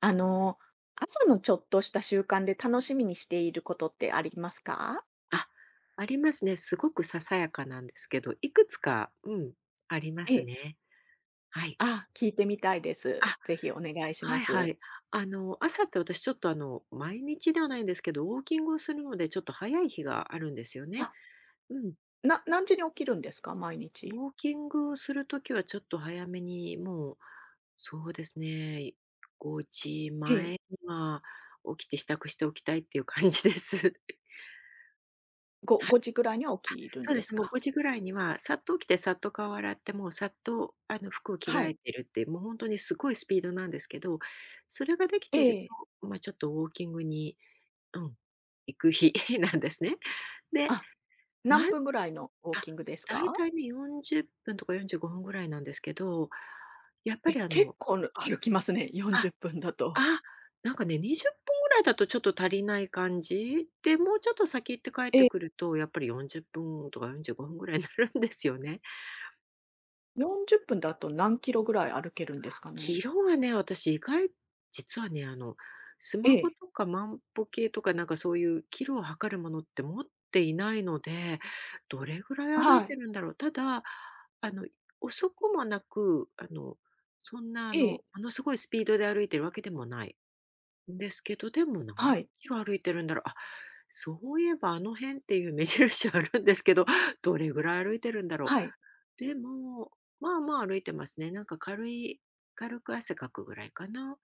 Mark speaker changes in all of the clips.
Speaker 1: あの、朝のちょっとした習慣で楽しみにしていることってありますか？
Speaker 2: あ、ありますね。すごくささやかなんですけど、いくつか、ありま
Speaker 1: え
Speaker 2: す
Speaker 1: え。
Speaker 2: ね。はい。
Speaker 1: あ、聞いてみたいです。
Speaker 2: あ、
Speaker 1: ぜひお願いしま
Speaker 2: はいは
Speaker 1: す。
Speaker 2: い。朝って私ちょっと毎日ではないんですけど、ウォーキングをするので、ちょっと早い日があるんですよね。
Speaker 1: あ、
Speaker 2: うん。
Speaker 1: 何時に起きるんですか？毎
Speaker 2: ウ
Speaker 1: 日。
Speaker 2: ォーキングをするときはちょっと早めに、もう、そうですね、5
Speaker 1: え
Speaker 2: 時前
Speaker 1: え。
Speaker 2: には起きて支度しておきたいっていう感じです。
Speaker 1: 5時ぐらいには起きるん
Speaker 2: そうで
Speaker 1: で
Speaker 2: す
Speaker 1: す
Speaker 2: ね、もう
Speaker 1: か？
Speaker 2: 5時ぐらいにはさっと起きてさっと顔洗って、もうさっと服を着替
Speaker 1: はい。
Speaker 2: えてるっていう、もう本当にすごいスピードなんですけど、それができ
Speaker 1: え
Speaker 2: ている
Speaker 1: え。
Speaker 2: と、まあ、ちょっとウォーキングに、うん、行く日 なんですね。で、
Speaker 1: あ、
Speaker 2: まあ、
Speaker 1: 何分ぐらいのウォーキングです
Speaker 2: だい
Speaker 1: か？
Speaker 2: たいね、40分とか45分ぐらいなんですけど、やっぱ
Speaker 1: え、
Speaker 2: り
Speaker 1: 結構歩きますね、
Speaker 2: あ、
Speaker 1: 40分だと。
Speaker 2: あ、なんかね、20分ぐらいだとちょっと足りない感じ？で、もうちょっと先行って帰っ
Speaker 1: え
Speaker 2: て
Speaker 1: え、
Speaker 2: くると、やっぱり40分とか45分ぐらいになるんですよね。
Speaker 1: 40分だと何キロぐらい歩けるんですかね？
Speaker 2: 色はね、私意外実はね、ス
Speaker 1: え
Speaker 2: マホ
Speaker 1: え、
Speaker 2: とか万歩計とかなんかそういうキロを測るものって持っていないので、どれぐらい歩
Speaker 1: は
Speaker 2: いて
Speaker 1: い。
Speaker 2: るんだろう。ただ、あの、遅くもなく、そんな
Speaker 1: ええ、
Speaker 2: ものすごいスピードで歩いてるわけでもないんですけど、でも何
Speaker 1: はい、
Speaker 2: キロ歩いてるんだろう。あ、そういえばあの辺っていう目印あるんですけど、どれぐらい歩いてるんだろ
Speaker 1: はい。
Speaker 2: う。でも、まあまあ歩いてますね。なんか軽く汗かくぐらいかな。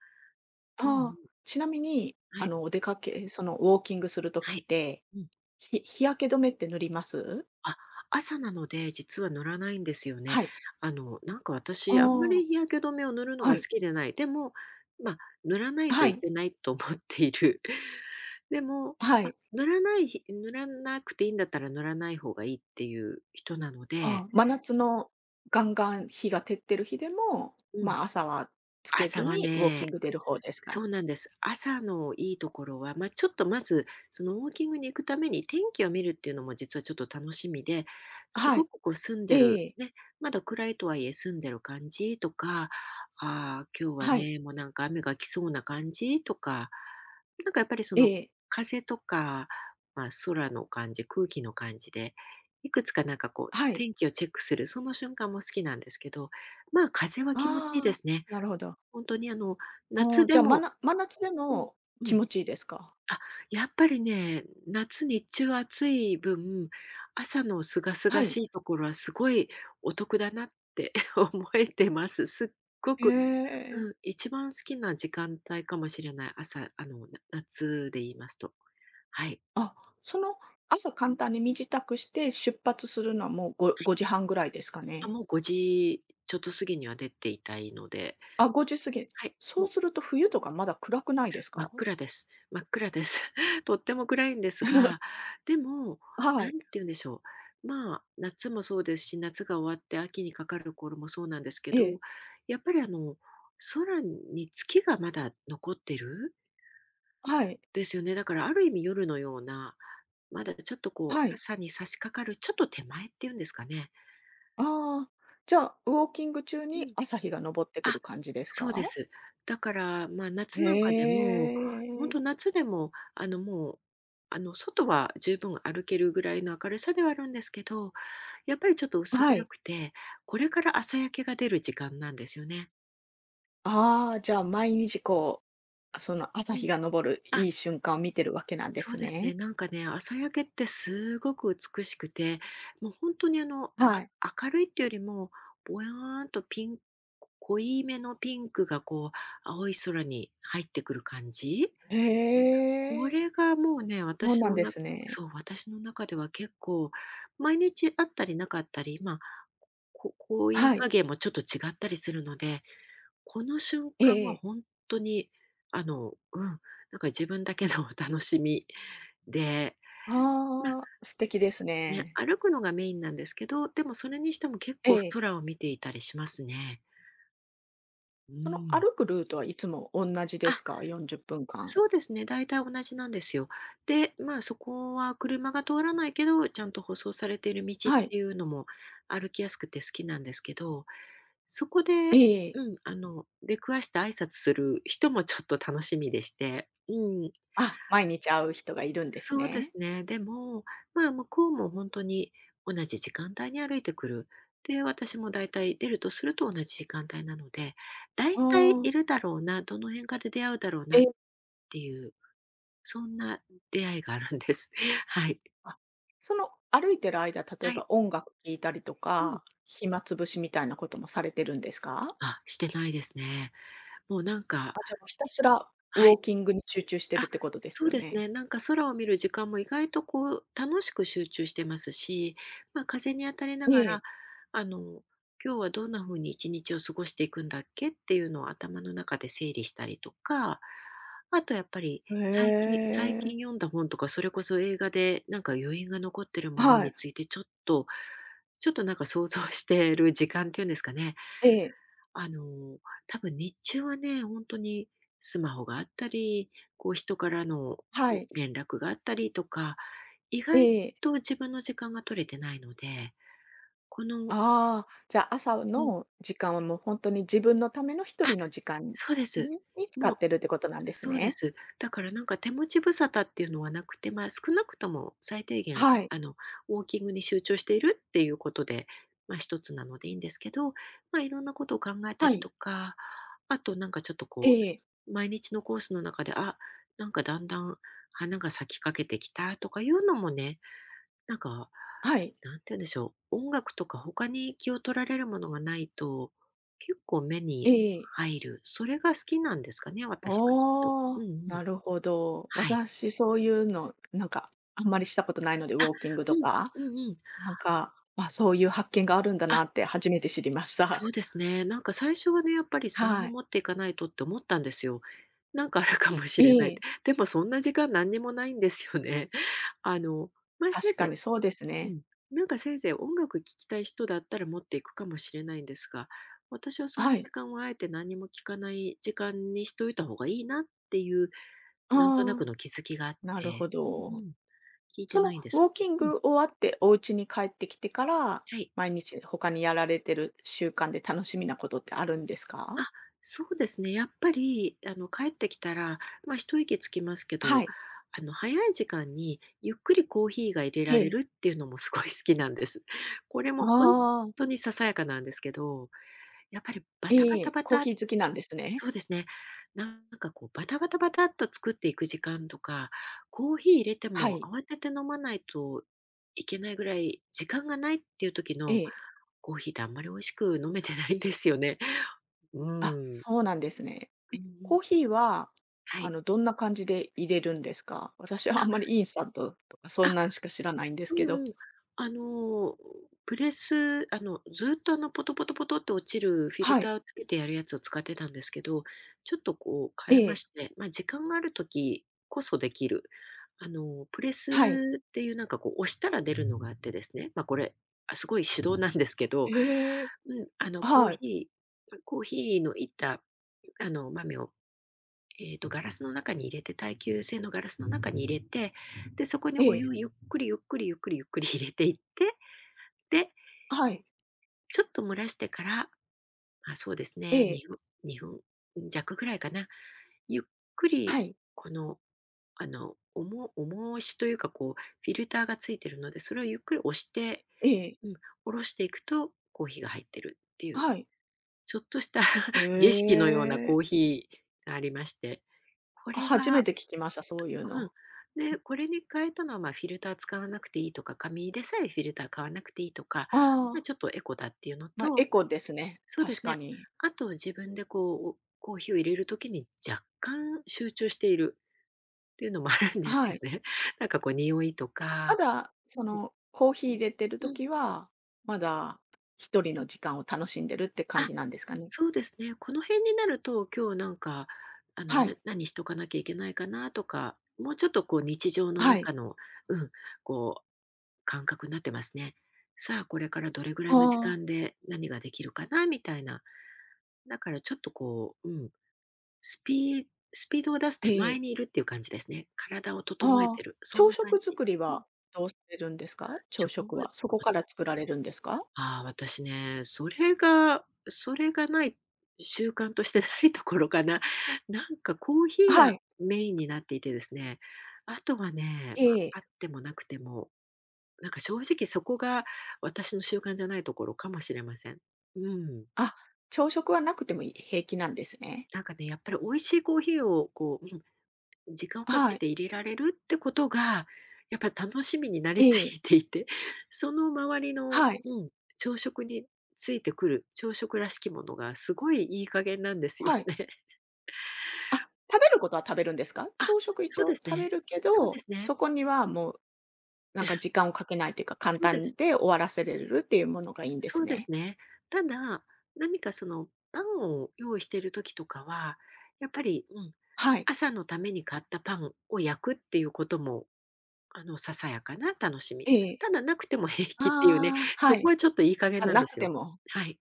Speaker 2: うんうん。
Speaker 1: ああ、ちなみに、
Speaker 2: はい。
Speaker 1: お出かけウォーキングすると
Speaker 2: は
Speaker 1: きっ
Speaker 2: い。
Speaker 1: て、
Speaker 2: うん。
Speaker 1: 日焼け止めって塗ります？
Speaker 2: あ、朝なので、実は塗らないんですよね。
Speaker 1: はい。
Speaker 2: なんか
Speaker 1: あ
Speaker 2: 私、あんま
Speaker 1: あ、
Speaker 2: り日焼け止めを塗るの
Speaker 1: は
Speaker 2: が好
Speaker 1: い。
Speaker 2: きでない。でも、まあ、塗らないと
Speaker 1: は
Speaker 2: い
Speaker 1: い。
Speaker 2: けないと思っている。でも、
Speaker 1: はい。
Speaker 2: 塗らなくていいんだったら塗らない方がいいっていう人なの
Speaker 1: あ
Speaker 2: で、
Speaker 1: あ、真夏のガンガン日が照ってる日でも、
Speaker 2: うん、
Speaker 1: まあ、朝はつけ
Speaker 2: 朝
Speaker 1: ず
Speaker 2: は
Speaker 1: にウォーキ
Speaker 2: ね、
Speaker 1: ング出る方です
Speaker 2: そ
Speaker 1: か？
Speaker 2: うなんです。朝のいいところは、まあ、ちょっとまず、そのウォーキングに行くために天気を見るっていうのも実はちょっと楽しみで、す
Speaker 1: は
Speaker 2: ご
Speaker 1: い。
Speaker 2: くこう住ん
Speaker 1: え
Speaker 2: で
Speaker 1: え
Speaker 2: る、
Speaker 1: ええ。
Speaker 2: ね、まだ暗いとはいえ住んでる感じとか、ああ、今日は
Speaker 1: はい。
Speaker 2: ね、もうなんか雨が来そうな感じとか、なんかやっぱりそ
Speaker 1: え
Speaker 2: の
Speaker 1: え。
Speaker 2: 風とか、まあ、空の感じ、空気の感じで、いくつかなんかこう
Speaker 1: はい。
Speaker 2: 天気をチェックする、その瞬間も好きなんですけど、まあ、風は気持ちいいで
Speaker 1: ああ、
Speaker 2: すね。
Speaker 1: なるほど。
Speaker 2: 本当に
Speaker 1: あ
Speaker 2: 夏
Speaker 1: あ、じ
Speaker 2: で
Speaker 1: ゃあ、
Speaker 2: も、
Speaker 1: 真夏で
Speaker 2: うん、
Speaker 1: も
Speaker 2: う
Speaker 1: 気
Speaker 2: ん。
Speaker 1: 持ちいいですか？
Speaker 2: あ、やっぱりね、夏日中暑い分、朝の清
Speaker 1: は
Speaker 2: 々
Speaker 1: い。
Speaker 2: しいところはすごいお得だなって 思えてます。すっご
Speaker 1: へ
Speaker 2: く、
Speaker 1: え。
Speaker 2: うん、一番好きな時間帯かもしれない。朝、夏で言いますと。はい。
Speaker 1: あ、その、朝簡単に身支度して出発するのはもう、5時半ぐらいですか
Speaker 2: あ、
Speaker 1: ね。
Speaker 2: もう5時ちょっと過ぎには出ていたいので、
Speaker 1: あ、5時過ぎ。
Speaker 2: はい。
Speaker 1: そ
Speaker 2: も
Speaker 1: う
Speaker 2: う
Speaker 1: すると冬とかまだ暗くないです
Speaker 2: 真
Speaker 1: か？
Speaker 2: っ暗です。真っ暗です。とっても暗いんですが、でも、
Speaker 1: はい。
Speaker 2: 何て言うんでしょう、まあ、夏もそうですし、夏が終わって秋にかかる頃もそうなんですけ
Speaker 1: ええ。
Speaker 2: ど、やっぱり空に月がまだ残ってる
Speaker 1: はい。
Speaker 2: ですよね。だからある意味夜のような、まだちょっとこ
Speaker 1: は
Speaker 2: う
Speaker 1: い。
Speaker 2: 朝に差し掛かるちょっと手前っていうんですかね。
Speaker 1: ああ、じゃあ、ウォーキング中
Speaker 2: う
Speaker 1: に
Speaker 2: ん。
Speaker 1: 朝日が昇ってくる
Speaker 2: あ、
Speaker 1: 感じです
Speaker 2: そ
Speaker 1: か？
Speaker 2: うです。だから、まあ、夏なんかで
Speaker 1: へ
Speaker 2: も、本
Speaker 1: え。
Speaker 2: 当夏でも、もう、外は十分歩けるぐらいの明るさではあるんですけど、やっぱりちょっと薄
Speaker 1: は
Speaker 2: 暗
Speaker 1: い。
Speaker 2: くて、これから朝焼けが出る時間なんですよね。
Speaker 1: ああ、じゃあ毎日こう、その朝
Speaker 2: う
Speaker 1: 日
Speaker 2: ん。
Speaker 1: が昇る
Speaker 2: あ、
Speaker 1: いい瞬間を見てるわけなんで
Speaker 2: そ
Speaker 1: す
Speaker 2: うですね。
Speaker 1: ね。
Speaker 2: なんかね、朝焼けってすごく美しくて、もう本当に
Speaker 1: はい。
Speaker 2: 明るいっていうよりも、ぼやーんと濃いめのピンクがこう、青い空に入ってくる感じ？
Speaker 1: へ
Speaker 2: こ
Speaker 1: え、
Speaker 2: れがもうね、
Speaker 1: そう
Speaker 2: 私
Speaker 1: なん
Speaker 2: の
Speaker 1: で
Speaker 2: な
Speaker 1: すね。
Speaker 2: そう、私の中では結構、毎日あったりなかったり、まあ、こういい
Speaker 1: はい。
Speaker 2: 加減もちょっと違ったりするので、この瞬
Speaker 1: え
Speaker 2: 間は
Speaker 1: え。
Speaker 2: 本当に、なんか自分だけの お楽しみで、ま、
Speaker 1: ああ、素敵です
Speaker 2: ね、
Speaker 1: ね。
Speaker 2: 歩くのがメインなんですけど、でもそれにしても結
Speaker 1: え
Speaker 2: 構
Speaker 1: え。
Speaker 2: 空を見ていたりしますね。う
Speaker 1: その
Speaker 2: ん。
Speaker 1: 歩くルートはいつも同じ
Speaker 2: あ、
Speaker 1: ですか？40分間。
Speaker 2: そうですね、大体同じなんですよ。で、まあ、そこは車が通らないけど、ちゃんと舗装されている道っ
Speaker 1: はい。
Speaker 2: ていうのも歩きやすくて好きなんですけど、そこで、
Speaker 1: ええ、
Speaker 2: 出くわして挨拶する人もちょっと楽しみでして。うん、
Speaker 1: あ、毎日会う人がいるんです
Speaker 2: そうです
Speaker 1: ね。
Speaker 2: ね。でも、まあ、向こうも本当に同じ時間帯に歩いてくる。で、私も大体出るとすると同じ時間帯なので、
Speaker 1: あ
Speaker 2: 大体
Speaker 1: あ、
Speaker 2: いるだろうな、どの辺かで出会うだろう
Speaker 1: え
Speaker 2: なっ
Speaker 1: え、
Speaker 2: ていうそんな出会いがあるんです。はい。
Speaker 1: あ、その歩いてる間、例え
Speaker 2: は
Speaker 1: ば
Speaker 2: い。
Speaker 1: 音楽聴いたりと
Speaker 2: うん。
Speaker 1: か、暇つぶしみたいなこともされてるんですか？
Speaker 2: あ、してないですね。もうなんか
Speaker 1: じゃ、あ、ひたすらウ
Speaker 2: は
Speaker 1: ォ
Speaker 2: い。
Speaker 1: ーキングに集中してる
Speaker 2: あ、
Speaker 1: ってことです
Speaker 2: そう
Speaker 1: よ
Speaker 2: です
Speaker 1: ね。
Speaker 2: ね。なんか空を見る時間も意外とこう楽しく集中してますし、まあ、風に当たりな
Speaker 1: え
Speaker 2: がら、
Speaker 1: え。
Speaker 2: あの、今日はどんな風に一日を過ごしていくんだっけっていうのを頭の中で整理したりとか、あとやっぱり最
Speaker 1: へ
Speaker 2: 近最
Speaker 1: え。
Speaker 2: 近読んだ本とか、それこそ映画でなんか余韻が残ってるもの
Speaker 1: はい。
Speaker 2: についてちょっとなんか想像してる時間っていうんですかね。
Speaker 1: ええ、
Speaker 2: あの、多分日中はね、本当にスマホがあったり、こう人からの
Speaker 1: は
Speaker 2: お
Speaker 1: い。
Speaker 2: 連絡があったりとか、意
Speaker 1: え
Speaker 2: 外
Speaker 1: え。
Speaker 2: と自分の時間が取れてないので、この
Speaker 1: ああ、じゃあ、朝
Speaker 2: うん、
Speaker 1: の時間はもう本当に自分のための一
Speaker 2: あ、
Speaker 1: 人の時間
Speaker 2: そうです。
Speaker 1: に使
Speaker 2: も
Speaker 1: っ
Speaker 2: う
Speaker 1: てるってことなんです
Speaker 2: そうで
Speaker 1: ね。
Speaker 2: す。だからなんか手持ち無沙汰っていうのはなくて、まあ、少なくとも最低限、
Speaker 1: はい。
Speaker 2: ウォーキングに集中しているっていうことで、まあ、一つなのでいいんですけど、まあ、いろんなことを考えた
Speaker 1: は
Speaker 2: り
Speaker 1: い。
Speaker 2: とか、あとなんかちょっと
Speaker 1: え
Speaker 2: こ
Speaker 1: え、
Speaker 2: う、毎日のコースの中で、あ、なんかだんだん花が咲きかけてきたとかいうのもね、なんか、
Speaker 1: はい。
Speaker 2: なんて言うんでしょう、音楽とか他に気を取られるものがないと、結構目
Speaker 1: ええ
Speaker 2: に
Speaker 1: おえ。
Speaker 2: 入る。それが好きなんですかね、私はきっと。うんうん。
Speaker 1: なるほど。
Speaker 2: はい。
Speaker 1: 私そういうの、なんか、あんまりしたことないので、ウ
Speaker 2: あ、
Speaker 1: ォーキングと
Speaker 2: うん、
Speaker 1: か、
Speaker 2: うんうん。
Speaker 1: なんか、まあ、そういう発見があるんだ
Speaker 2: あ、
Speaker 1: なって初めて知りまし
Speaker 2: そ
Speaker 1: た。
Speaker 2: うですね。なんか最初はね、やっぱりスマ
Speaker 1: は
Speaker 2: ホ
Speaker 1: い。
Speaker 2: 持っていかないとって思ったんですよ。なんかあるかもし
Speaker 1: え
Speaker 2: れないっ
Speaker 1: え。
Speaker 2: て。でもそんな時間何にもないんですよね。あの、まあ、せい
Speaker 1: 確か
Speaker 2: ぜ
Speaker 1: にそうです
Speaker 2: いう
Speaker 1: ね。
Speaker 2: ん。なんかせいぜい音楽聴きたい人だったら持っていくかもしれないんですが、私はそ
Speaker 1: は
Speaker 2: の
Speaker 1: い。
Speaker 2: 時間はあえて何も聞かない時間にしといた方がいいなっていう、なんとな
Speaker 1: あ
Speaker 2: く
Speaker 1: あ、
Speaker 2: の気づきがあっ
Speaker 1: なるほ
Speaker 2: て、うんう
Speaker 1: ど。
Speaker 2: ん、聞いて
Speaker 1: その
Speaker 2: ないんで
Speaker 1: ウ
Speaker 2: す。
Speaker 1: ォーキン
Speaker 2: うん、
Speaker 1: グ終わってお家に帰ってきてから、
Speaker 2: はい。
Speaker 1: 毎日他にやられてる習慣で楽しみなことってあるんですか？
Speaker 2: あ、そうですね。やっぱり、帰ってきたら、まあ、一息つきますけ
Speaker 1: は
Speaker 2: ど、
Speaker 1: い。
Speaker 2: 早い時間にゆっくりコーヒーが入れ
Speaker 1: え
Speaker 2: られ
Speaker 1: え。
Speaker 2: るっていうのもすごい好きなんです。これ
Speaker 1: あ
Speaker 2: も本
Speaker 1: あ、
Speaker 2: 当にささやかなんですけど、やっぱりバタバ
Speaker 1: え
Speaker 2: タ
Speaker 1: え、
Speaker 2: バ
Speaker 1: コー
Speaker 2: タっ
Speaker 1: ヒー好きなんですね。
Speaker 2: そうですね。なんかこうバタバタバタっと作っていく時間とか、コーヒー入れて
Speaker 1: は
Speaker 2: も
Speaker 1: い。
Speaker 2: 慌てて飲まないといけないぐらい時間がないっていう時
Speaker 1: え
Speaker 2: の
Speaker 1: え。
Speaker 2: コーヒーってあんまり美味しく飲めてないんですよね。う
Speaker 1: あ、
Speaker 2: ん。
Speaker 1: そうなんですね。
Speaker 2: うんうん。
Speaker 1: コーヒーは、
Speaker 2: はい。
Speaker 1: どんな感じで入れるんですか？私はあ
Speaker 2: あ、
Speaker 1: んまりインスタントとかそん
Speaker 2: あ
Speaker 1: なんしか知らないんです
Speaker 2: う
Speaker 1: けど。
Speaker 2: んうん。あの、プレス、ずっと、ポトポトポトって落ちるフィル
Speaker 1: は
Speaker 2: タ
Speaker 1: い。
Speaker 2: ーをつけてやるやつを使ってたんですけど、ちょっと、こう、
Speaker 1: え
Speaker 2: 変えま
Speaker 1: え。
Speaker 2: して、まあ、時間がある時こそできる、プレ
Speaker 1: はい。
Speaker 2: スっていう、なんか、こう、押したら出るのがあってですね、まあ、これ、あ、すごい手動なんですけど、
Speaker 1: へえ。
Speaker 2: うん、あの、コー
Speaker 1: はい。
Speaker 2: ヒコーヒーのいった、豆をガラスの中に入れて耐久性のガラスの中に入れて、で、そこに
Speaker 1: え
Speaker 2: お湯
Speaker 1: え。
Speaker 2: をゆっくりゆっくりゆっくりゆっくり入れていって、で、
Speaker 1: はい。
Speaker 2: ちょっと蒸らしてから、まあそうですね、
Speaker 1: ええ。
Speaker 2: 2分2分弱ぐらいかな。ゆっく
Speaker 1: は
Speaker 2: り
Speaker 1: い。
Speaker 2: この、あの、重重重しというか、こう、フィルターがついてるので、それをゆっくり押して、
Speaker 1: ええ。
Speaker 2: うん、下ろしていくとコーヒーが入ってるっていう、
Speaker 1: はい。
Speaker 2: ちょっとした
Speaker 1: え
Speaker 2: 儀式のようなコー
Speaker 1: え。
Speaker 2: ヒーがありまして、こ
Speaker 1: あ、
Speaker 2: れ
Speaker 1: 初め
Speaker 2: は
Speaker 1: て聞きました、そういう
Speaker 2: う
Speaker 1: の。
Speaker 2: ん。で、これに変えたのは、まあ、フィルター使わなくていいとか、紙でさえフィルター買わなくていいとか、
Speaker 1: あ
Speaker 2: まあ、
Speaker 1: あ、
Speaker 2: ちょっとエコだっていうの
Speaker 1: まあ、エ
Speaker 2: と、
Speaker 1: コですね、
Speaker 2: そうで
Speaker 1: 確
Speaker 2: す
Speaker 1: か
Speaker 2: ね、
Speaker 1: に。
Speaker 2: あと自分でこう、おコーヒーを入れるときに若干集中しているっていうのもあるんです
Speaker 1: は
Speaker 2: よ
Speaker 1: い。
Speaker 2: ね。なんか、匂いと
Speaker 1: ま
Speaker 2: か
Speaker 1: だ、
Speaker 2: うん。
Speaker 1: コーヒー入れてる
Speaker 2: う
Speaker 1: と
Speaker 2: ん。
Speaker 1: きは、まだ一人の時間を楽しんでるって感
Speaker 2: あ、
Speaker 1: じなんですかね？
Speaker 2: そうですね。この辺になると、今日なんか、
Speaker 1: はい、
Speaker 2: 何しとかなきゃいけないかなとか、もうちょっとこう日常の
Speaker 1: はい。
Speaker 2: 中の、うん、こう、感覚になってますね。さあ、これからどれぐら
Speaker 1: あ
Speaker 2: いの時
Speaker 1: あ、
Speaker 2: 間で何ができるかなみたいな。だからちょっとこう、うん、スピースピードを出す
Speaker 1: え
Speaker 2: 手前
Speaker 1: え。
Speaker 2: にいるっていう感じですね。体を整え
Speaker 1: あ
Speaker 2: て
Speaker 1: あ、
Speaker 2: る。そん
Speaker 1: 朝
Speaker 2: な感
Speaker 1: 食
Speaker 2: じ。
Speaker 1: 作り
Speaker 2: うん。
Speaker 1: はどうされるんですか？朝
Speaker 2: ジョ
Speaker 1: 食
Speaker 2: グ
Speaker 1: は。そこから作られるんですか？
Speaker 2: ああ、私ね、それがない、習慣としてないところかな。なんかコーヒー
Speaker 1: は
Speaker 2: が
Speaker 1: い、
Speaker 2: メインになっていてですね、あとはね、ま
Speaker 1: ええ。
Speaker 2: あ、あってもなくても、なんか正直そこが私の習慣じゃないところかもしれません。うん。
Speaker 1: あ、朝食はなくてもいい平気なんですね。
Speaker 2: なんかね、やっぱり美味しいコーヒーをこう、うん、時間をか
Speaker 1: は
Speaker 2: け
Speaker 1: い、
Speaker 2: て入れられるってことが、やっぱ楽しみになり
Speaker 1: え
Speaker 2: す
Speaker 1: え。
Speaker 2: ぎていて、その周りの
Speaker 1: はい、
Speaker 2: 朝食についてくる、朝食らしきものがすごいいい加減なんですよ
Speaker 1: はい。
Speaker 2: ね。
Speaker 1: あ、食べることは食べるんですか？
Speaker 2: あ、
Speaker 1: 朝食一
Speaker 2: そうで
Speaker 1: 応
Speaker 2: す
Speaker 1: 食べ
Speaker 2: ね。
Speaker 1: るけ
Speaker 2: そうで
Speaker 1: ど、
Speaker 2: すね。
Speaker 1: そこにはもう、なんか時間をかけないというか、簡
Speaker 2: そうで
Speaker 1: 単
Speaker 2: す。
Speaker 1: で終わらせれるっていうものがいいんで
Speaker 2: そ
Speaker 1: す
Speaker 2: うです
Speaker 1: ね。
Speaker 2: ね。ただ、何かその、パンを用意してる時とかは、やっぱり、うん、
Speaker 1: はい。
Speaker 2: 朝のために買ったパンを焼くっていうこともささやかな楽しみ。
Speaker 1: ええ。
Speaker 2: ただなくても平気っていうね、
Speaker 1: ああ、は
Speaker 2: そこ
Speaker 1: い。
Speaker 2: はちょっといい加減
Speaker 1: あ、
Speaker 2: なん
Speaker 1: な
Speaker 2: で
Speaker 1: く
Speaker 2: す
Speaker 1: て
Speaker 2: よ。
Speaker 1: も。
Speaker 2: はい。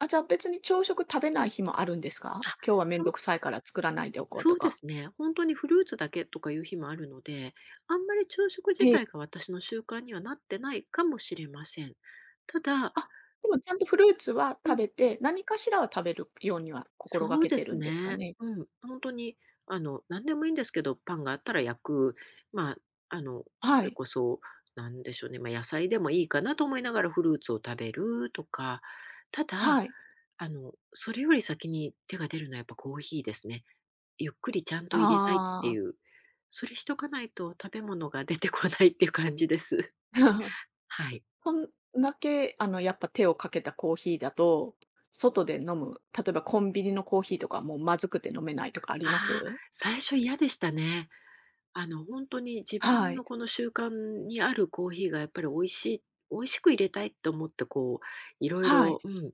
Speaker 1: あ、じゃあ別に朝食食べな
Speaker 2: うん。
Speaker 1: い日もあるんですか？
Speaker 2: あ、
Speaker 1: 今日はめん
Speaker 2: そ
Speaker 1: ど
Speaker 2: う
Speaker 1: くさいから作らないでおこうと
Speaker 2: そうで
Speaker 1: か。
Speaker 2: すね。ほんとにフルーツだけとかいう日もあるので、あんまり昼食自
Speaker 1: え
Speaker 2: 体
Speaker 1: え。
Speaker 2: が私の習慣にはなってないかもしれません。ただ
Speaker 1: あ、でもちゃんとフルーツは
Speaker 2: う
Speaker 1: 食
Speaker 2: ん、
Speaker 1: べて、何かしらは食べるようには心が
Speaker 2: そう
Speaker 1: け
Speaker 2: で
Speaker 1: てる
Speaker 2: す
Speaker 1: んですか
Speaker 2: ね。
Speaker 1: ね？
Speaker 2: うん、本当に、何でもいいんですけど、パンがあったら焼く、まあ、そ
Speaker 1: は
Speaker 2: れ
Speaker 1: い、
Speaker 2: こそ、なんでしょうね、まあ、野菜でもいいかなと思いながらフルーツを食べるとか、ただ、
Speaker 1: はい。
Speaker 2: それより先に手が出るのはやっぱコーヒーですね。ゆっくりちゃんと入れたいって
Speaker 1: あ
Speaker 2: い
Speaker 1: あ。
Speaker 2: う、それしとかないと食べ物が出てこないっていう感じです。はい。
Speaker 1: そんだけ、やっぱ手をかけたコーヒーだと、外で飲む、例えばコンビニのコーヒーとかもうまずくて飲めないとかありま
Speaker 2: ああ、
Speaker 1: す？
Speaker 2: 最初嫌でしたね。本当に自
Speaker 1: は
Speaker 2: 分の
Speaker 1: い。
Speaker 2: この習慣にあるコーヒーがやっぱり美味しく入れたいと思って、こう、いろい
Speaker 1: は
Speaker 2: ろ
Speaker 1: い。
Speaker 2: うん、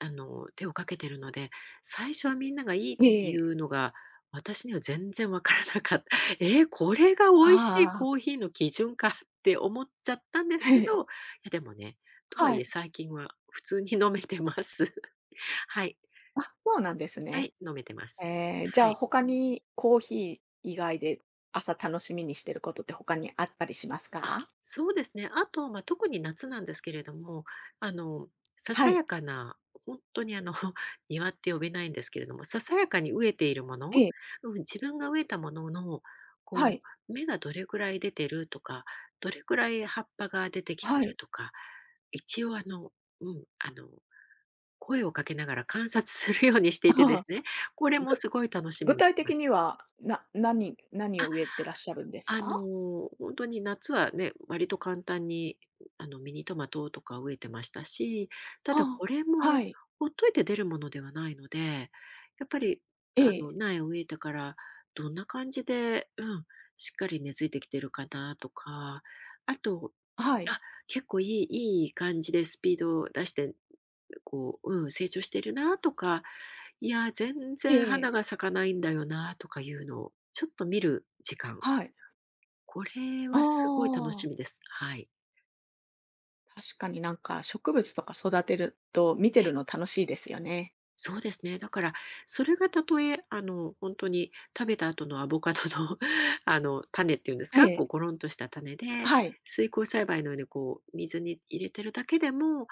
Speaker 2: あの、手をかけてるので、最初はみんながいいってい
Speaker 1: ええ、
Speaker 2: うのが、私には全然わからなかった。ええ、これが美味しい
Speaker 1: ああ、
Speaker 2: コーヒーの基準かって思っちゃったんで すけ
Speaker 1: ええ。
Speaker 2: ど、いやでもね、とは
Speaker 1: は
Speaker 2: い
Speaker 1: い。
Speaker 2: え最近は普通に飲めてます。はい。
Speaker 1: あ、そうなんです
Speaker 2: は
Speaker 1: ね。
Speaker 2: い、飲めてます。
Speaker 1: えじ
Speaker 2: は
Speaker 1: ゃあ
Speaker 2: い。
Speaker 1: 他にコーヒー以外で朝楽しみにしてることって他にあったりします
Speaker 2: あ、
Speaker 1: か？
Speaker 2: そうですね。あと、まあ、特に夏なんですけれども、あの、さ
Speaker 1: は
Speaker 2: さ
Speaker 1: い。
Speaker 2: やかな、本当に庭って呼べないんですけれども、ささやかに飢えているも
Speaker 1: え
Speaker 2: の、
Speaker 1: え。
Speaker 2: うん、自分が植えたものの、
Speaker 1: は
Speaker 2: こ
Speaker 1: い。
Speaker 2: 芽がどれくらい出てるとか、どれくらい葉っぱが出てきて
Speaker 1: は
Speaker 2: る
Speaker 1: い。
Speaker 2: とか、一応うん、あの、声をかけながら観察するようにし ていて
Speaker 1: あ
Speaker 2: で
Speaker 1: あ。
Speaker 2: すね、これも
Speaker 1: ぐ
Speaker 2: すごい楽しみ
Speaker 1: 具
Speaker 2: にし
Speaker 1: 体
Speaker 2: てま
Speaker 1: 的
Speaker 2: す。
Speaker 1: には、何を植えてらっしゃるんですか？
Speaker 2: ほんに夏はね、割と簡単に、ミニトマトとか植えてましたし、た
Speaker 1: あ
Speaker 2: だ
Speaker 1: あ、
Speaker 2: これ
Speaker 1: は
Speaker 2: も
Speaker 1: い。
Speaker 2: ほっといて出るものではないので、やっぱり、
Speaker 1: ええ。
Speaker 2: 苗を植えてからどんな感じでしっかり根付いてきてるかなとか、あと
Speaker 1: はい。
Speaker 2: あ、結構いい感じでスピードを出して、成長してるなとか、いや、全
Speaker 1: え
Speaker 2: 然花が
Speaker 1: え、
Speaker 2: 咲かないんだよなとかいうのをちょっと見る時間、
Speaker 1: はい。
Speaker 2: これ
Speaker 1: あ
Speaker 2: はすごい楽し
Speaker 1: あ、
Speaker 2: みです。はい。
Speaker 1: 確かになんか植物とか育てると見てるの楽しいですよね。
Speaker 2: そうですね。だから、それがたとえ、本当に食べた後のアボカドの 種っていうんです
Speaker 1: え
Speaker 2: か、こ
Speaker 1: え、
Speaker 2: うゴロンとした種で、
Speaker 1: はい、
Speaker 2: 水耕栽培のようにこう水に入れてるだけでも、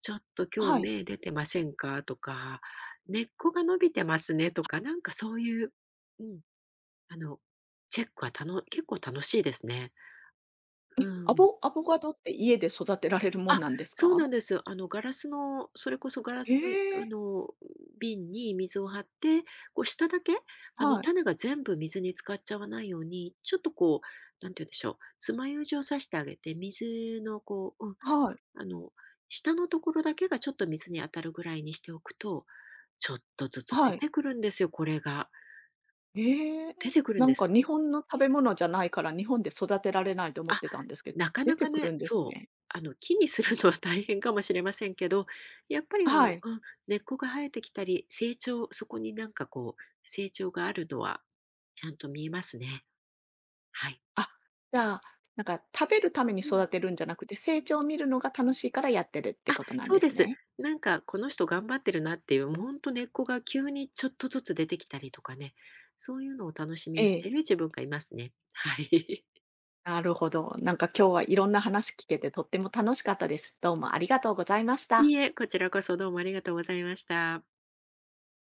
Speaker 2: ちょっと今
Speaker 1: は
Speaker 2: 日
Speaker 1: い。
Speaker 2: 芽出てませんかとか、根っこが伸びてますねとか、なんかそういう、うん、あの、チェックはたの結構楽しいですね。う
Speaker 1: え、
Speaker 2: ん。
Speaker 1: アボカドって家で育てられるもん
Speaker 2: あ、
Speaker 1: なんです
Speaker 2: そうな
Speaker 1: か？
Speaker 2: んです。あの、ガラスのそれこそガラ
Speaker 1: え
Speaker 2: スの、あ
Speaker 1: え、
Speaker 2: の、瓶に水を張って、こう下だけ、
Speaker 1: はい、
Speaker 2: 種が全部水に浸かっちゃわないように、ちょっとこう、なんて言うんでしょう、爪楊枝を刺してあげて、水のこう、
Speaker 1: はい、
Speaker 2: あの、下のところだけがちょっと水に当たるぐらいにしておくと、ちょっとずつ出
Speaker 1: はい。
Speaker 2: てくるんですよ、これが。
Speaker 1: ええ、
Speaker 2: 出てくるん
Speaker 1: なん
Speaker 2: で
Speaker 1: か
Speaker 2: す。
Speaker 1: 日本の食べ物じゃないから日本で育てられないと思っ
Speaker 2: あ、
Speaker 1: てたんですけど
Speaker 2: なか
Speaker 1: 出
Speaker 2: な
Speaker 1: て
Speaker 2: か
Speaker 1: くる
Speaker 2: ね、
Speaker 1: んです
Speaker 2: そう、
Speaker 1: ね。
Speaker 2: 木にするのは大変かもしれませんけど、やっぱり
Speaker 1: はい。
Speaker 2: ん、根っこが生えてきたり、そこになんかこう、成長があるのは、ちゃんと見えますね。はい。
Speaker 1: あ、じゃあ、なんか食べるために
Speaker 2: うん。
Speaker 1: 育てるんじゃなくて、成長を見るのが楽しいからやってるって
Speaker 2: あ、
Speaker 1: ことなん
Speaker 2: そう
Speaker 1: で
Speaker 2: で
Speaker 1: す
Speaker 2: す。
Speaker 1: ね。
Speaker 2: なんかこの人頑張ってるなっていう、もうほんと根っこが急にちょっとずつ出てきたりとかね、そういうのを楽しみ
Speaker 1: え
Speaker 2: にし
Speaker 1: え。
Speaker 2: てる自分がいますね。はい。
Speaker 1: なるほど。なんか今日はいろんな話聞けてとっても楽しかったです。どうもありがとうございまし
Speaker 2: い
Speaker 1: た。
Speaker 2: いえ、こちらこそどうもありがとうございました。